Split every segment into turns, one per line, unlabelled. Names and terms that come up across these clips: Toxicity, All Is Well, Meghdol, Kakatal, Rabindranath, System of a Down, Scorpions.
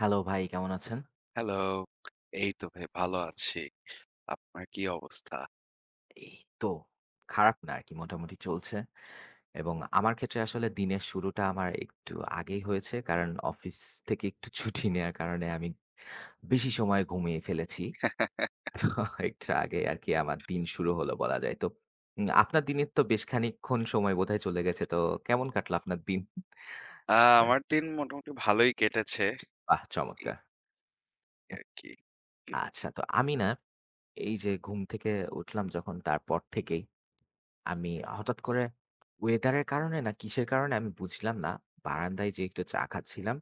Hello ভাই, কেমন আছেন?
হ্যালো। এই তো ভাই ভালো আছি। আপনার কি অবস্থা?
এই তো খারাপ না আরকি মোটামুটি চলছে। এবং আমার ক্ষেত্রে আসলে দিনের শুরুটা আমার একটু আগেই হয়েছে। কারণ অফিস থেকে একটু ছুটি নেয়ার কারণে আমি বেশি সময় ঘুমিয়ে ফেলেছি। তো একটু আগে আরকি আমার দিন শুরু হলো বলা যায়। তো আপনার দিনের তো বেশ খানিকক্ষণ সময় বোধহয় চলে গেছে। তো কেমন কাটলো আপনার দিন?
আ
হ্যাঁ,
আমার দিন মোটামুটি ভালোই কেটেছে।
বাহ!
এই
চমৎকার।
আরকি।
আচ্ছা, তো আমি না এই যে ঘুম থেকে উঠলাম যখন তারপর থেকেই আমি হঠাৎ করে ওয়েদারের কারণে না কিসের কারণে আমি বুঝলাম না। বারান্দায় যেয়ে একটু চা খাচ্ছিলাম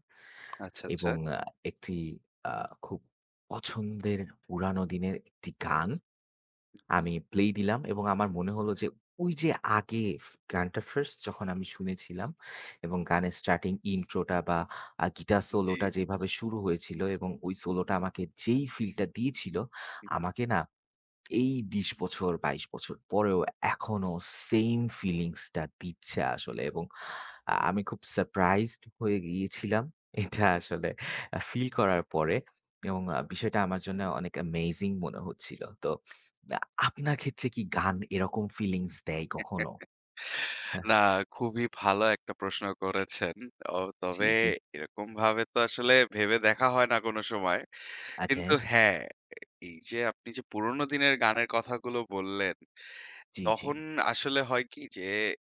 আচ্ছা, আচ্ছা।
এবং একটি আ খুব পছন্দের পুরানো দিনের একটি গান আমি প্লে দিলাম এবং আমার মনে হলো যে ওই যে আগে গানটা ফার্স্ট যখন আমি শুনেছিলাম এবং গানের স্টার্টিং ইন্ট্রোটা বা গিটার
জি।
সোলোটা যেভাবে শুরু হয়েছিল এবং ওই সোলোটা আমাকে যেই ফিলটা দিয়েছিল, আমাকে না এই ২০ বছর ২২ বছর পরেও এখনো সেইম ফিলিংস টা দিচ্ছে আসলে এবং আমি খুব সারপ্রাইজড হয়ে গিয়েছিলাম। এটা আসলে ফিল করার পরে এবং বিষয়টা আমার জন্য অনেক অ্যামেজিং মনে হচ্ছিল। তো আ আপনার ক্ষেত্রে কি গান এরকম ফিলিংস দেয় কখনো? হ্যাঁ,
না, খুবই ভালো একটা প্রশ্ন করেছেন। ও
জি,
তবে
জি।
এরকমভাবে তো আসলে ভেবে দেখা হয় না কোনো সময়।
ওকে।
কিন্তু হ্যাঁ, এই যে আপনি যে পুরোনো দিনের গানের কথাগুলো বললেন,
জি, জি।
তখন আসলে হয় কি যে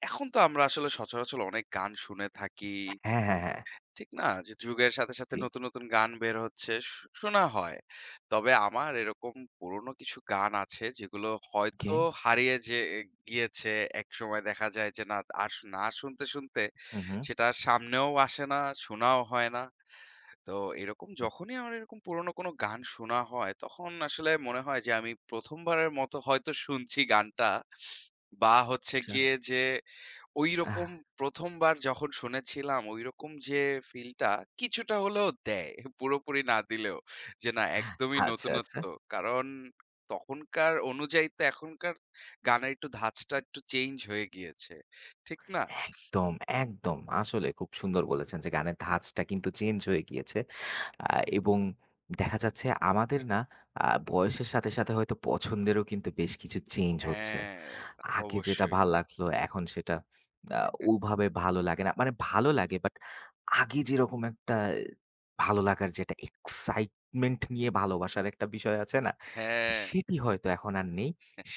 এখন তো আমরা আসলে সচরাচর অনেক গান শুনে থাকি।
হ্যাঁ, হ্যাঁ, হ্যাঁ।
ঠিক না? যে যুগের সাথে, সাথে
জি।
নতুন, নতুন গান বের হচ্ছে শোনা হয়। তবে আমার এরকম পুরনো কিছু গান আছে যেগুলো
ওকে।
হয়তো হারিয়ে যে গিয়েছে। একসময় দেখা যায় যে না আর না শুনতে, শুনতে
হু, হু।
সেটা আর সামনেও আসে না, শোনাও হয় না। তো এরকম যখনই আমার এরকম পুরোনো কোনো গান শোনা হয়, তখন আসলে মনে হয় যে আমি ১ম বারের মতো হয়তো শুনছি গানটা বা হচ্ছে
আচ্ছা।
গিয়ে যে ঐরকম
আহ
১ম বার যখন শুনেছিলাম ঐরকম যে ফিলটা কিছুটা হলেও দেয়। পুরোপুরি না দিলেও। যে না একদমই
আচ্ছা, আচ্ছা।
নতুনত্ব। কারণ তখনকার অনুযায়ী তো এখনকার গানের একটু ধাঁচটা একটু চেঞ্জ হয়ে গিয়েছে। ঠিক না?
একদম, একদম। আসলে খুব সুন্দর বলেছেন যে গানের ধাঁচটা কিন্তু চেঞ্জ হয়ে গিয়েছে। আ এবং দেখা যাচ্ছে আমাদের না বয়সের সাথে, সাথে হয়তো পছন্দেরও কিন্তু বেশ কিছু চেঞ্জ হচ্ছে।
হ্যাঁ,
আগে যেটা
অবশ্যই।
ভাল লাগলো এখন সেটা আ ওভাবে ভালো লাগে না। মানে ভালো লাগে বাট আগে যেরকম একটা ভালো লাগার যে একটা এক্সাইটমেন্ট নিয়ে ভালোবাসার একটা বিষয় আছে না?
হ্যাঁ,
সেটি হয়তো এখন আর নেই।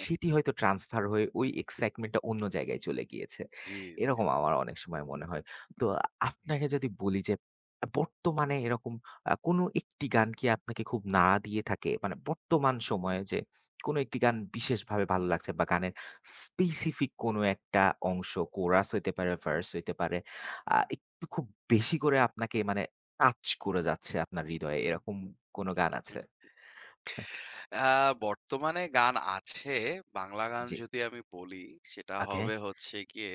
সেটি হয়তো ট্রান্সফার হয়ে ওই এক্সাইটমেন্টটা অন্য জায়গায় চলে গিয়েছে।
জি,
এরকম আমার অনেক সময় মনে হয়। তো আপনাকে যদি বলি যে বর্তমানে এরকম কোনো একটি গান কি আপনাকে খুব নাড়া দিয়ে থাকে? মানে বর্তমান সময়ে যে কোনো একটি গান বিশেষভাবে ভালো লাগছে বা গানের স্পেসিফিক কোনো একটা অংশ কোরাস হইতে পারে, ভার্স হইতে পারে। একটু খুব বেশি করে আপনাকে মানে টাচ করে যাচ্ছে আপনার হৃদয়ে। এরকম কোনো গান
জি।
আছে?
আ বর্তমানে গান আছে। বাংলা গান
জি।
যদি আমি বলি, সেটা
ওকে।
হবে হচ্ছে গিয়ে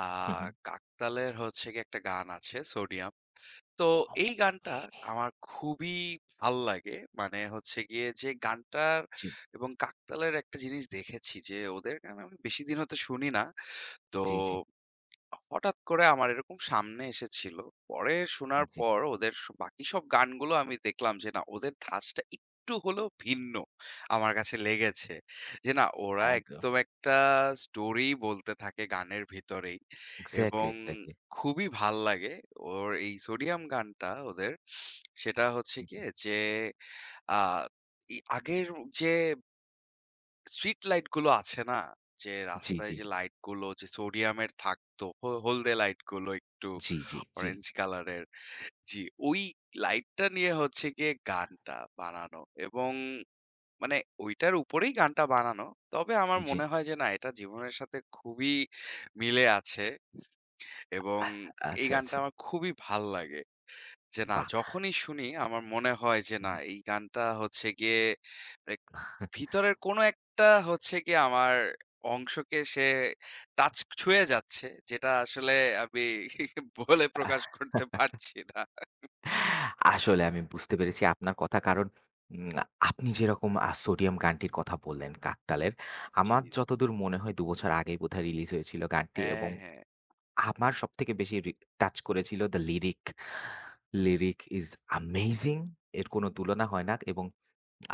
আ
হু, হু।
কাকতালের হচ্ছে গিয়ে একটা গান আছে 'সোডিয়াম'। তো এই গানটা আমার খুবই ভাল লাগে। মানে হচ্ছে গিয়ে যে গানটার
জি,
এবং কাকতালের একটা জিনিস দেখেছি যে ওদের গান আমি বেশিদিন হয়তো শুনি না। তো
জি, জি,
হঠাৎ করে আমার এরকম সামনে এসেছিল। পরে শোনার
জি।
পর ওদের বাকি সব গানগুলো আমি দেখলাম যে না ওদের ধাঁচটা একটু হলেও ভিন্ন আমার কাছে লেগেছে। যে না ওরা
একদম।
একদম একটা স্টোরি বলতে থাকে গানের ভিতরেই
এক্সাক্টলি,
এবং
এক্সাক্টলি।
খুবই ভাল লাগে। ওর এই সোডিয়াম গানটা ওদের সেটা হচ্ছে গিয়ে যে আ ই আগের যে স্ট্রিট লাইট গুলো আছে না? যে
জি,
রাস্তায়
জি,
যে লাইট গুলো যে সোডিয়ামের থাকতো, হলদে লাইট গুলো একটু
জি, জি, জি,
অরেঞ্জ কালারের। জি, ওই লাইটটা নিয়ে হচ্ছে গিয়ে গানটা বানানো এবং মানে ওইটার উপরেই গানটা বানানো। তবে আমার
জি।
মনে হয় যে না এটা জীবনের সাথে খুবই মিলে আছে এবং এই
আচ্ছা,
গানটা
আচ্ছা।
আমার খুবই ভাল লাগে। যে না
বাহ!
যখনই শুনি আমার মনে হয় যে না এই গানটা হচ্ছে গিয়ে ভিতরের কোনো একটা হচ্ছে গিয়ে আমার অংশকে সে টাচ ছুঁয়ে যাচ্ছে, যেটা আসলে আমি বলে প্রকাশ করতে পারছি না।
আসলে আমি বুঝতে পেরেছি আপনার কথা। কারণ উম আপনি যেরকম 'সোডিয়াম' গানটির কথা বললেন কাকতালের।
জি,
আমার
জি।
যতদূর মনে হয় ২ বছর আগেই বোধহয় রিলিজ হয়েছিল গানটি
হ্যাঁ,
এবং
হ্যাঁ।
আমার সবথেকে বেশি টাচ করেছিল the lyric. Lyric is amazing! এর কোনো তুলনা হয় না এবং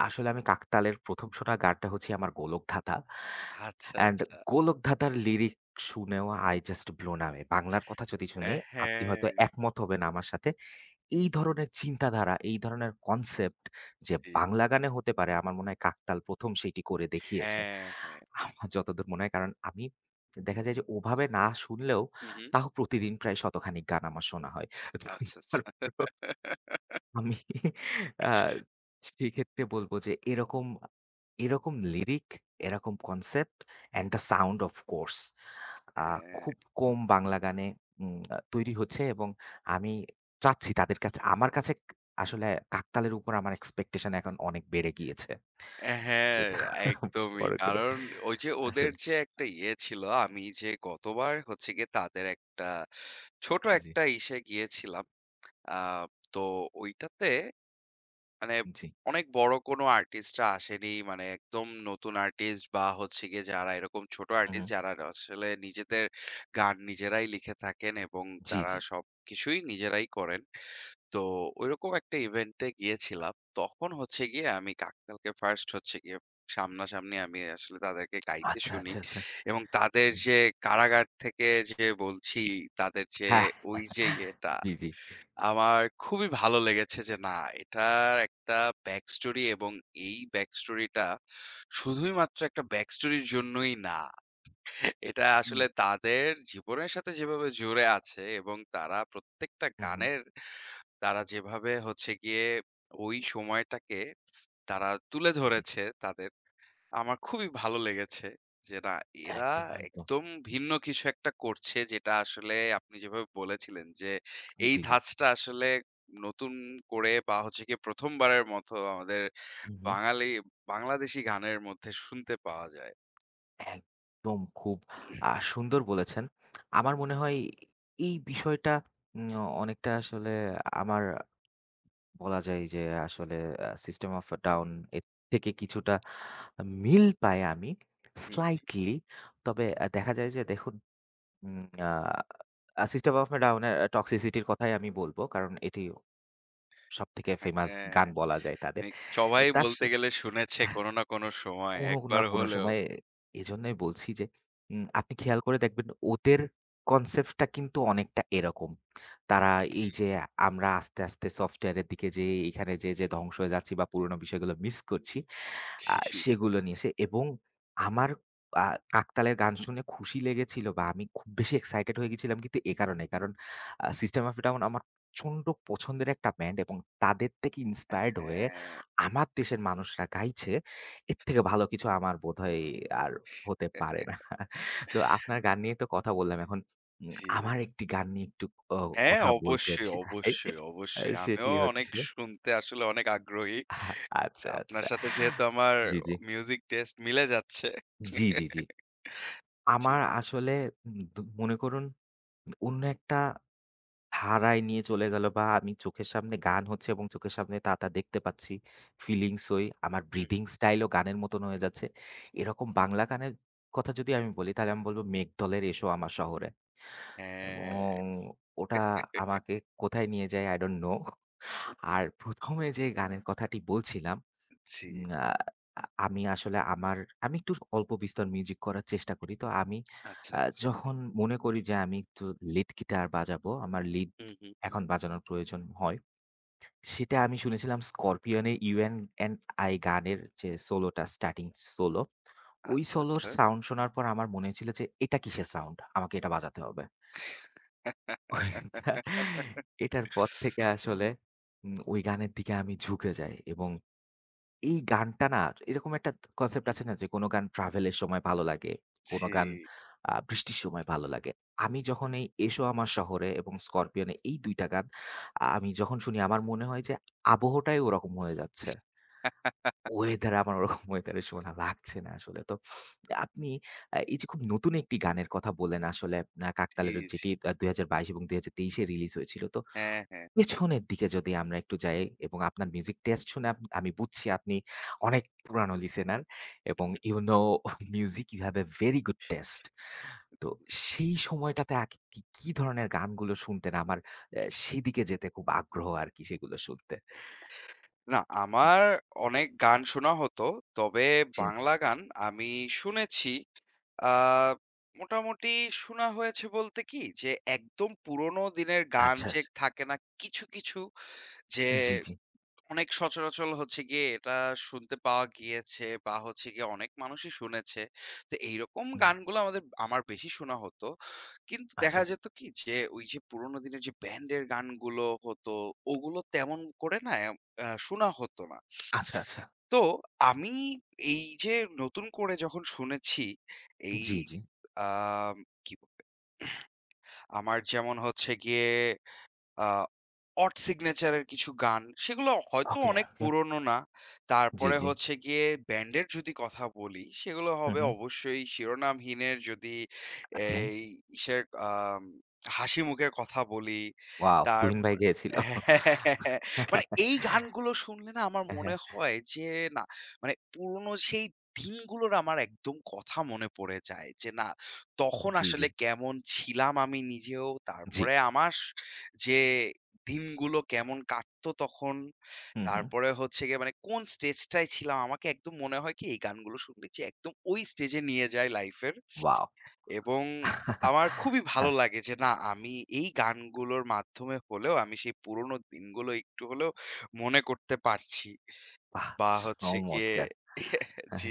আসলে আমি কাকতালের প্রথম শোনা গানটা হচ্ছে আমার 'গোলকধাঁধা'
আচ্ছা,
অ্যান্ড
আচ্ছা।
'গোলকধাঁধা'র লিরিক শুনেও আই জাস্ট ব্লোন অ্যাওয়ে! বাংলার কথা যদি
অ্যা
শুনি, আপনি হয়তো
হ্যাঁ।
একমত হবেন আমার সাথে। এই ধরনের চিন্তাধারা, এই ধরনের কনসেপ্ট যে
জি, জি।
বাংলা গানে হতে পারে আমার মনে হয় কাকতাল প্রথম সেটি করে দেখিয়েছে।
হ্যাঁ, হ্যাঁ।
আমার যতদূর মনে হয় কারণ আমি দেখা যায় যে ওভাবে না শুনলেও
হু, হুম।
তাও প্রতিদিন প্রায় শতখানিক গান আমার শোনা হয়। তো
আচ্ছা, আচ্ছা।
তারপরেও আমি আ সেক্ষেত্রে বলব যে এরকম এরকম লিরিক, এরকম concept and the sound of course. আ
হ্যাঁ,
খুব কম বাংলা গানে উম আ তৈরি হচ্ছে এবং আমি চাচ্ছি তাদের কাছে আমার কাছে আসলে কাকতালের উপর আমার এক্সপেকটেশন এখন অনেক বেড়ে গিয়েছে।
অ্যা হ্যাঁ, একদমই।
বড় করে।
কারণ ওই যে ওদের
আসলে
যে একটা ইয়ে ছিল, আমি যে গতবার হচ্ছে গিয়ে তাদের একটা ছোট
জি,
একটা ইসে গিয়েছিলাম। আ তো ওইটাতে মানে
জি।
অনেক বড় কোনো আর্টিস্টরা আসেনি। মানে একদম নতুন আর্টিস্ট বা হচ্ছে গিয়ে যারা এরকম ছোট আর্টিস্ট
হুম,
যারা আসলে নিজেদের গান নিজেরাই লিখে থাকেন এবং
জি,
তারা
জি।
সবকিছুই নিজেরাই করেন। তো ঐরকম একটা ইভেন্টে গিয়েছিলাম। তখন হচ্ছে গিয়ে আমি কাকতালকে ফার্স্ট হচ্ছে গিয়ে সামনাসামনি আমি আসলে তাদেরকে গাইতে
আচ্ছা,
শুনি
আচ্ছা, আচ্ছা।
এবং তাদের
হুম।
যে কারাগার থেকে যে বলছি, তাদের যে
হ্যাঁ।
ওই যে ইয়েটা
জি, জি।
আমার খুবই ভালো লেগেছে যে না এটার একটা ব্যাক স্টোরি এবং এই ব্যাক স্টোরিটা শুধুই মাত্র একটা ব্যাক স্টোরির জন্যই না। এটা
জি।
আসলে তাদের জীবনের সাথে যেভাবে জুড়ে আছে এবং তারা প্রত্যেকটা
হুম, হুম।
গানের তারা যেভাবে হচ্ছে গিয়ে ওই সময়টাকে তারা তুলে
জি।
ধরেছে তাদের আমার খুবই ভালো লেগেছে যে না এরা
একদম, একদম।
একদম ভিন্ন কিছু একটা করছে যেটা আসলে আপনি যেভাবে বলেছিলেন যে এই
জি, জি।
ধাঁচটা আসলে নতুন করে বা হচ্ছে গিয়ে প্রথমবারের মতো আমাদের
হুম, হুম।
বাঙালি বাংলাদেশী গানের মধ্যে শুনতে পাওয়া যায়।
একদম খুব সুন্দর বলেছেন। আমার মনে হয় এই বিষয়টা উম অনেকটা আসলে আমার বলা যায় যে আসলে 'System of a Down' এর থেকে কিছুটা মিল পাই আমি
হুম,
স্লাইটলি। তবে দেখা যায় যে দেখুন উম আ 'System of a Down' এর 'Toxicity' র কথাই আমি বলব। কারণ এটি সবথেকে ফেমাস
হ্যাঁ,
গান বলা যায় তাদের।
এই সবাই
তার
বলতে
সাথে
গেলে শুনেছে কোনো না কোনো সময়
কোনো না
একবার
কোনো
হলেও।
সময়ে এজন্যই বলছি যে আপনি খেয়াল করে দেখবেন ওদের কনসেপ্টটা কিন্তু অনেকটা এরকম। তারা এই যে আমরা আস্তে, আস্তে সফটওয়্যারের দিকে যেয়ে এখানে যেয়ে, যেয়ে ধ্বংস হয়ে যাচ্ছি বা পুরোনো বিষয়গুলো মিস করছি। আ
জি।
সেগুলো নিয়ে এসে এবং আমার আ কাকতালীয় গান শুনে খুশি লেগেছিল বা আমি খুব বেশি এক্সাইটেড হয়ে গেছিলাম কিন্তু এ কারণে। কারণ সিস্টেম অফ এ ডাউন আমার প্রচন্ড পছন্দের একটা ব্যান্ড এবং তাদের থেকে ইন্সপায়ার্ড হয়ে
হ্যাঁ,
আমার দেশের মানুষরা গাইছে। এর থেকে ভালো কিছু আমার বোধহয় আর হতে পারে না। তো আপনার গান নিয়ে তো কথা বললাম। এখন
জি।
আমার একটি গান নিয়ে একটু অ
হ্যাঁ,
কথা বলতে
অবশ্যই,
চাই।
অবশ্যই, অবশ্যই।
সেটি
আমিও অনেক
হচ্ছে
শুনতে আসলে অনেক আগ্রহী।
আচ্ছা,
আপনার
আচ্ছা।
সাথে যেহেতু আমার
জি, জি।
মিউজিক টেস্ট মিলে যাচ্ছে
জি, জি, জি।
জি,
আমার
বলুন।
আসলে উম দু মনে করুন অন্য একটা ধারায় নিয়ে চলে গেল বা আমি চোখের সামনে গান হচ্ছে এবং চোখের সামনে তা দেখতে পাচ্ছি। ফিলিংস ওই, আমার
হুম।
ব্রিথিং স্টাইলও গানের মতন হয়ে যাচ্ছে। এরকম বাংলা গানের কথা যদি আমি বলি তাহলে আমি বলব মেঘদলের 'এসো আমার শহরে' এবং
হ্যাঁ,
ওটা আমাকে কোথায় নিয়ে যায় I don't know। আর প্রথম এ যে গানের কথাটি বলছিলাম
জি।
উম আ আমি আসলে আমার আমি একটু অল্প বিস্তর মিউজিক করার চেষ্টা করি। তো আমি
আচ্ছা, আচ্ছা।
যখন মনে করি যে আমি একটু লিড গিটার বাজাবো, আমার লিড
হুম, হুম।
এখন বাজানোর প্রয়োজন হয়। সেটা আমি শুনেছিলাম স্করপিয়নের 'ইউ অ্যান্ড অ্যান্ড আই' গানের যে সোলোটা স্টার্টিং সোলো, ওই
আচ্ছা,
সোলোর
আচ্ছা।
সাউন্ড শোনার পর আমার মনে হয়েছিল যে এটা কিসের সাউন্ড? আমাকে এটা বাজাতে হবে। ওইটা এটার পর থেকে আসলে ওই গানের দিকে আমি ঝুঁকে যাই এবং এই গানটা না এরকম একটা কনসেপ্ট
হুম,
আছে
হুম।
না যে কোনো গান ট্রাভেলের সময় ভালো লাগে, কোনো
জি।
গান বৃষ্টির সময় ভালো লাগে। আমি যখন এই 'এসো আমার শহরে' এবং 'স্করপিয়ন' এই ২ টা গান আমি যখন শুনি আমার মনে হয় যে আবহটাই ওরকম হয়ে যাচ্ছে। ওয়েদার আমার ওরকম ওয়েদারের সময় না লাগছে না আসলে। তো আপনি এই যে খুব নতুন একটি গানের কথা বললেন আসলে
জি,
কাকতালের
জি।
যেটি ২০২২ এবং ২০২৩ এ রিলিজ হয়েছিল। তো
হ্যাঁ, হ্যাঁ।
পেছনের দিকে যদি আমরা একটু যাই এবং আপনার মিউজিক টেস্ট শুনে আমি বুঝছি আপনি অনেক পুরানো লিসেনার এবং you know music you have a very good taste. তো সেই সময়টাতে কি, কি ধরনের গানগুলো শুনতেন? আমার সেদিকে যেতে খুব আগ্রহ আরকি সেগুলো শুনতে।
না, আমার অনেক গান শোনা হতো। তবে
জি।
বাংলা গান আমি শুনেছি। আ মোটামুটি শোনা হয়েছে বলতে কি যে একদম পুরোনো দিনের গান
আচ্ছা,
যে
আচ্ছা।
থাকে না কিছু, কিছু যে
জি, জি।
অনেক সচরাচর হচ্ছে গিয়ে এটা শুনতে পাওয়া গিয়েছে বা হচ্ছে গিয়ে অনেক মানুষই শুনেছে। তো এইরকম
হুম।
গানগুলো আমাদের আমার বেশি শোনা হতো। কিন্তু
আচ্ছা,
দেখা যেত কি যে ওই যে পুরোনো দিনের যে ব্যান্ডের গানগুলো হতো ওগুলো তেমন করে না শোনা হতো না।
আচ্ছা, আচ্ছা।
তো আমি এই যে নতুন করে যখন শুনেছি এই
জি, জি।
আম কি বলে আমার যেমন হচ্ছে গিয়ে আ odd signature এর কিছু গান, সেগুলো হয়তো
ওকে,
অনেক
ওকে।
পুরনো না।
জি,
তারপরে
জি।
হচ্ছে গিয়ে ব্যান্ডের যদি কথা বলি, সেগুলো
হুম,
হবে
হুম।
অবশ্যই শিরোনামহীনের যদি
ওকে।
এই ইসের আম হাসি মুখের কথা বলি,
ওয়াও! তুহিন ভাই
তারপরে
গেয়েছিল।
হ্যাঁ, মানে এই গানগুলো শুনলে না আমার
হ্যাঁ,
মনে হয় যে না, মানে পুরনো সেই দিনগুলোর আমার একদম কথা মনে পড়ে যায় যে, না তখন
জি, জি।
আসলে কেমন ছিলাম আমি নিজেও,
জি।
তারপরে আমার যে দিনগুলো কেমন কাটতো তখন।
হুম, হুম।
তারপরে হচ্ছে গিয়ে মানে কোন স্টেজটায় ছিলাম। আমাকে একদম মনে হয় কি এই গানগুলো শুনলে যে একদম ওই স্টেজে নিয়ে যায় লাইফের।
ওয়াও!
এবং আমার খুবই ভালো লাগে যে না আমি এই গানগুলোর মাধ্যমে হলেও আমি সেই পুরোনো দিনগুলো একটু হলেও মনে করতে পারছি।
বাহ!
বা হচ্ছে গিয়ে
চমৎকার!
জি,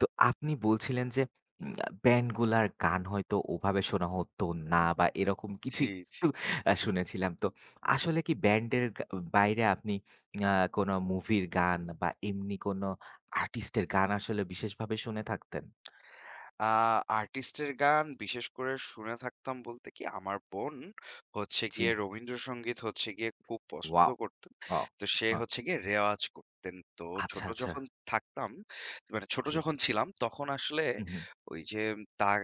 তো আপনি বলছিলেন যে উম আ ব্যান্ডগুলার গান হয়তো ওভাবে শোনা হতো না বা এরকম কিছু
জি, জি।
একটু শুনেছিলাম। তো আসলে কি ব্যান্ডের গা বাইরে আপনি আ কোনো মুভির গান বা এমনি কোনো আর্টিস্টের গান আসলে বিশেষভাবে শুনে থাকতেন?
আ আর্টিস্টের গান বিশেষ করে শুনে থাকতাম বলতে কি, আমার বোন হচ্ছে
জি।
গিয়ে রবীন্দ্রসঙ্গীত হচ্ছে গিয়ে খুব পছন্দ
ওয়াও!
করতেন।
ওয়াও!
তো সে
হ্যাঁ।
হচ্ছে গিয়ে রেওয়াজ করতেন। তো
আচ্ছা,
ছোট
আচ্ছা।
যখন থাকতাম, মানে ছোট
জি।
যখন ছিলাম তখন আসলে
হুম, হুম।
ওই যে তার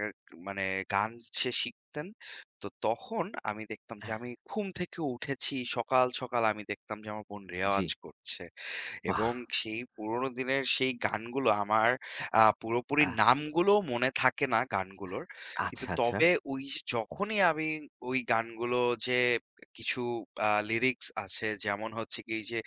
মানে গান সে শিখতেন। তো তখন আমি দেখতাম যে আমি ঘুম থেকে উঠেছি সকাল, সকাল আমি দেখতাম যে আমার বোন
জি।
রেওয়াজ করছে।
বাহ!
এবং সেই পুরোনো দিনের সেই গানগুলো আমার পুরোপুরি
আহ!
নামগুলোও মনে থাকে না গানগুলোর। কিন্তু
আচ্ছা, আচ্ছা।
তবে ওই যে যখনই আমি ওই গানগুলো যে কিছু লিরিক্স আছে যেমন হচ্ছে কি যে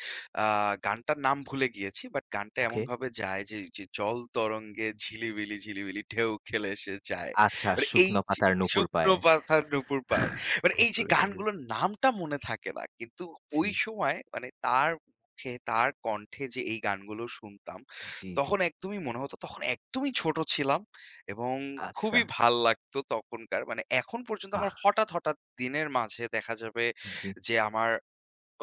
আ গানটার নাম ভুলে গিয়েছি। বাট গানটা
ওকে।
এমনভাবে যায় যে, যে জল তরঙ্গে ঝিলিবিলি, ঝিলিবিলি ঢেউ খেলে সে যায়।
আচ্ছা,
মানে এই
শুকনো
যে
পাতার নূপুর
শুকনো
পায়ে।
পাতার নুপুর পায়। মানে এই যে
একদম, একদম।
গানগুলোর নামটা মনে থাকে না। কিন্তু
জি,
ওই সময় মানে তার পক্ষে তার কণ্ঠে যে এই গানগুলো শুনতাম,
জি, জি।
তখন একদমই মনে হতো তখন একদমই ছোট ছিলাম এবং
আচ্ছা,
খুবই ভাল লাগতো তখনকার। মানে এখন পর্যন্ত
বাহ!
আমার হঠাৎ, হঠাৎ দিনের মাঝে দেখা যাবে
জি,
যে আমার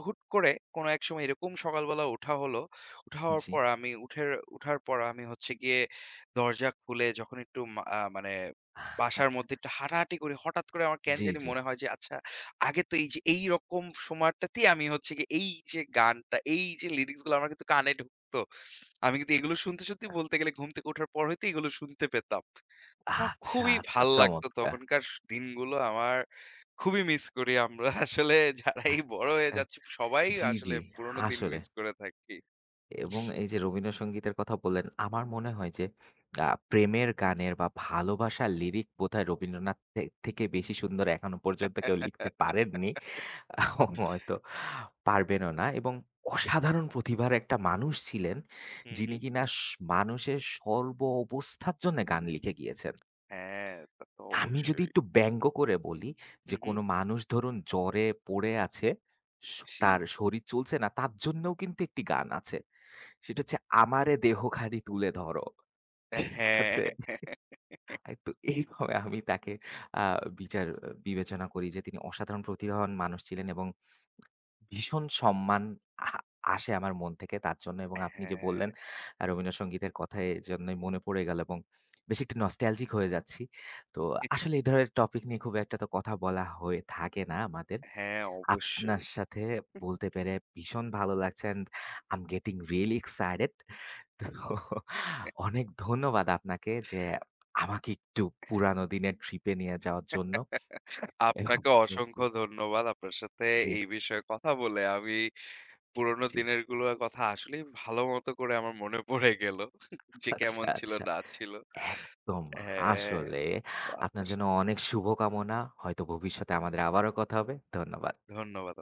হুট করে কোনো এক সময় এরকম সকালবেলা ওঠা হলো। উঠা হওয়ার
জি,
পর আমি উঠার পর আমি হচ্ছে গিয়ে দরজা খুলে যখন একটু মা আ মানে বাসার মধ্যে একটু হাঁটাহাঁটি করি, হঠাৎ করে আমার কেন
জি,
জানি
জি।
মনে হয় যে আচ্ছা আগে তো এই যে এইরকম সময়টাতেই আমি হচ্ছে গিয়ে এই যে গানটা, এই যে লিরিক্স গুলো আমার কিন্তু কানে ঢুকতো। আমি কিন্তু এগুলো শুনতে সত্যি বলতে গেলে ঘুম থেকে ওঠার পর হইতে এগুলো শুনতে পেতাম। আমার
আচ্ছা,
খুবই
আচ্ছা
ভাল লাগতো
চমৎকার!
তখনকার দিনগুলো আমার খুবই মিস করি আমরা আসলে যারাই
আহ
বড় হয়ে
অ্যা
যাচ্ছি সবাই
জি,
আসলে
জি,
পুরোনো দিন
আসলে
মিস করে থাকি।
এবং এই যে রবীন্দ্রসঙ্গীতের কথা বললেন, আমার মনে হয় যে প্রেমের গানের বা ভালোবাসার লিরিক বোধহয় রবীন্দ্রনাথ থেকে বেশি সুন্দর এখনো
হুম,
পর্যন্ত কেউ
হুম।
লিখতে পারেননি। হয়তো পারবেনও না এবং অসাধারণ প্রতিভার একটা মানুষ ছিলেন, যিনি কিনা মানুষের সর্ব অবস্থার জন্য গান লিখে গিয়েছেন।
হ্যাঁ, তা তো
আমি যদি
অবশ্যই।
একটু ব্যঙ্গ করে বলি
হুম,
যে,
হুম।
কোনো মানুষ ধরুন জ্বরে পড়ে আছে, স
জি।
তার শরীর চলছে না, তার জন্যও কিন্তু একটি গান আছে। সেটা হচ্ছে, "আমারে দেহখানি তুলে ধরো।" ঠিক
হ্যাঁ,
আছে? তো এইভাবে আমি তাকে আ বিচার বিবেচনা করি যে, তিনি অসাধারণ প্রতিভাবান মানুষ ছিলেন এবং ভীষণ সম্মান আ আসে আমার মন থেকে তার জন্য এবং আপনি যে
হ্যাঁ,
বললেন রবীন্দ্রসঙ্গীতের কথা এজন্যই মনে পড়ে গেল এবং বেশ একটু নস্টালজিক হয়ে যাচ্ছি। তো আসলে এই ধরনের টপিক নিয়ে খুব একটা তো কথা বলা হয়ে থাকে না আমাদের।
হ্যাঁ, অবশ্যই।
আপনার সাথে বলতে পেরে ভীষণ ভালো লাগছে and I am getting really excited তো অনেক ধন্যবাদ আপনাকে যে আমাকে একটু পুরানো দিনের ট্রিপে নিয়ে যাওয়ার জন্য এবং
আপনাকে
জি,
অসংখ্য ধন্যবাদ। আপনার সাথে
জি,
এই বিষয়ে কথা বলে আমি পুরোনো
জি।
দিনের গুলোর কথা আসলেই ভালো মতো করে আমার মনে পড়ে গেল যে
আচ্ছা,
কেমন ছিল
আচ্ছা।
না ছিল।
একদম।
হ্যাঁ,
আসলে আপনার
আপনার
জন্য
সাথে
অনেক শুভকামনা। হয়তো ভবিষ্যতে আমাদের আবারও কথা হবে। ধন্যবাদ।
ধন্যবাদ।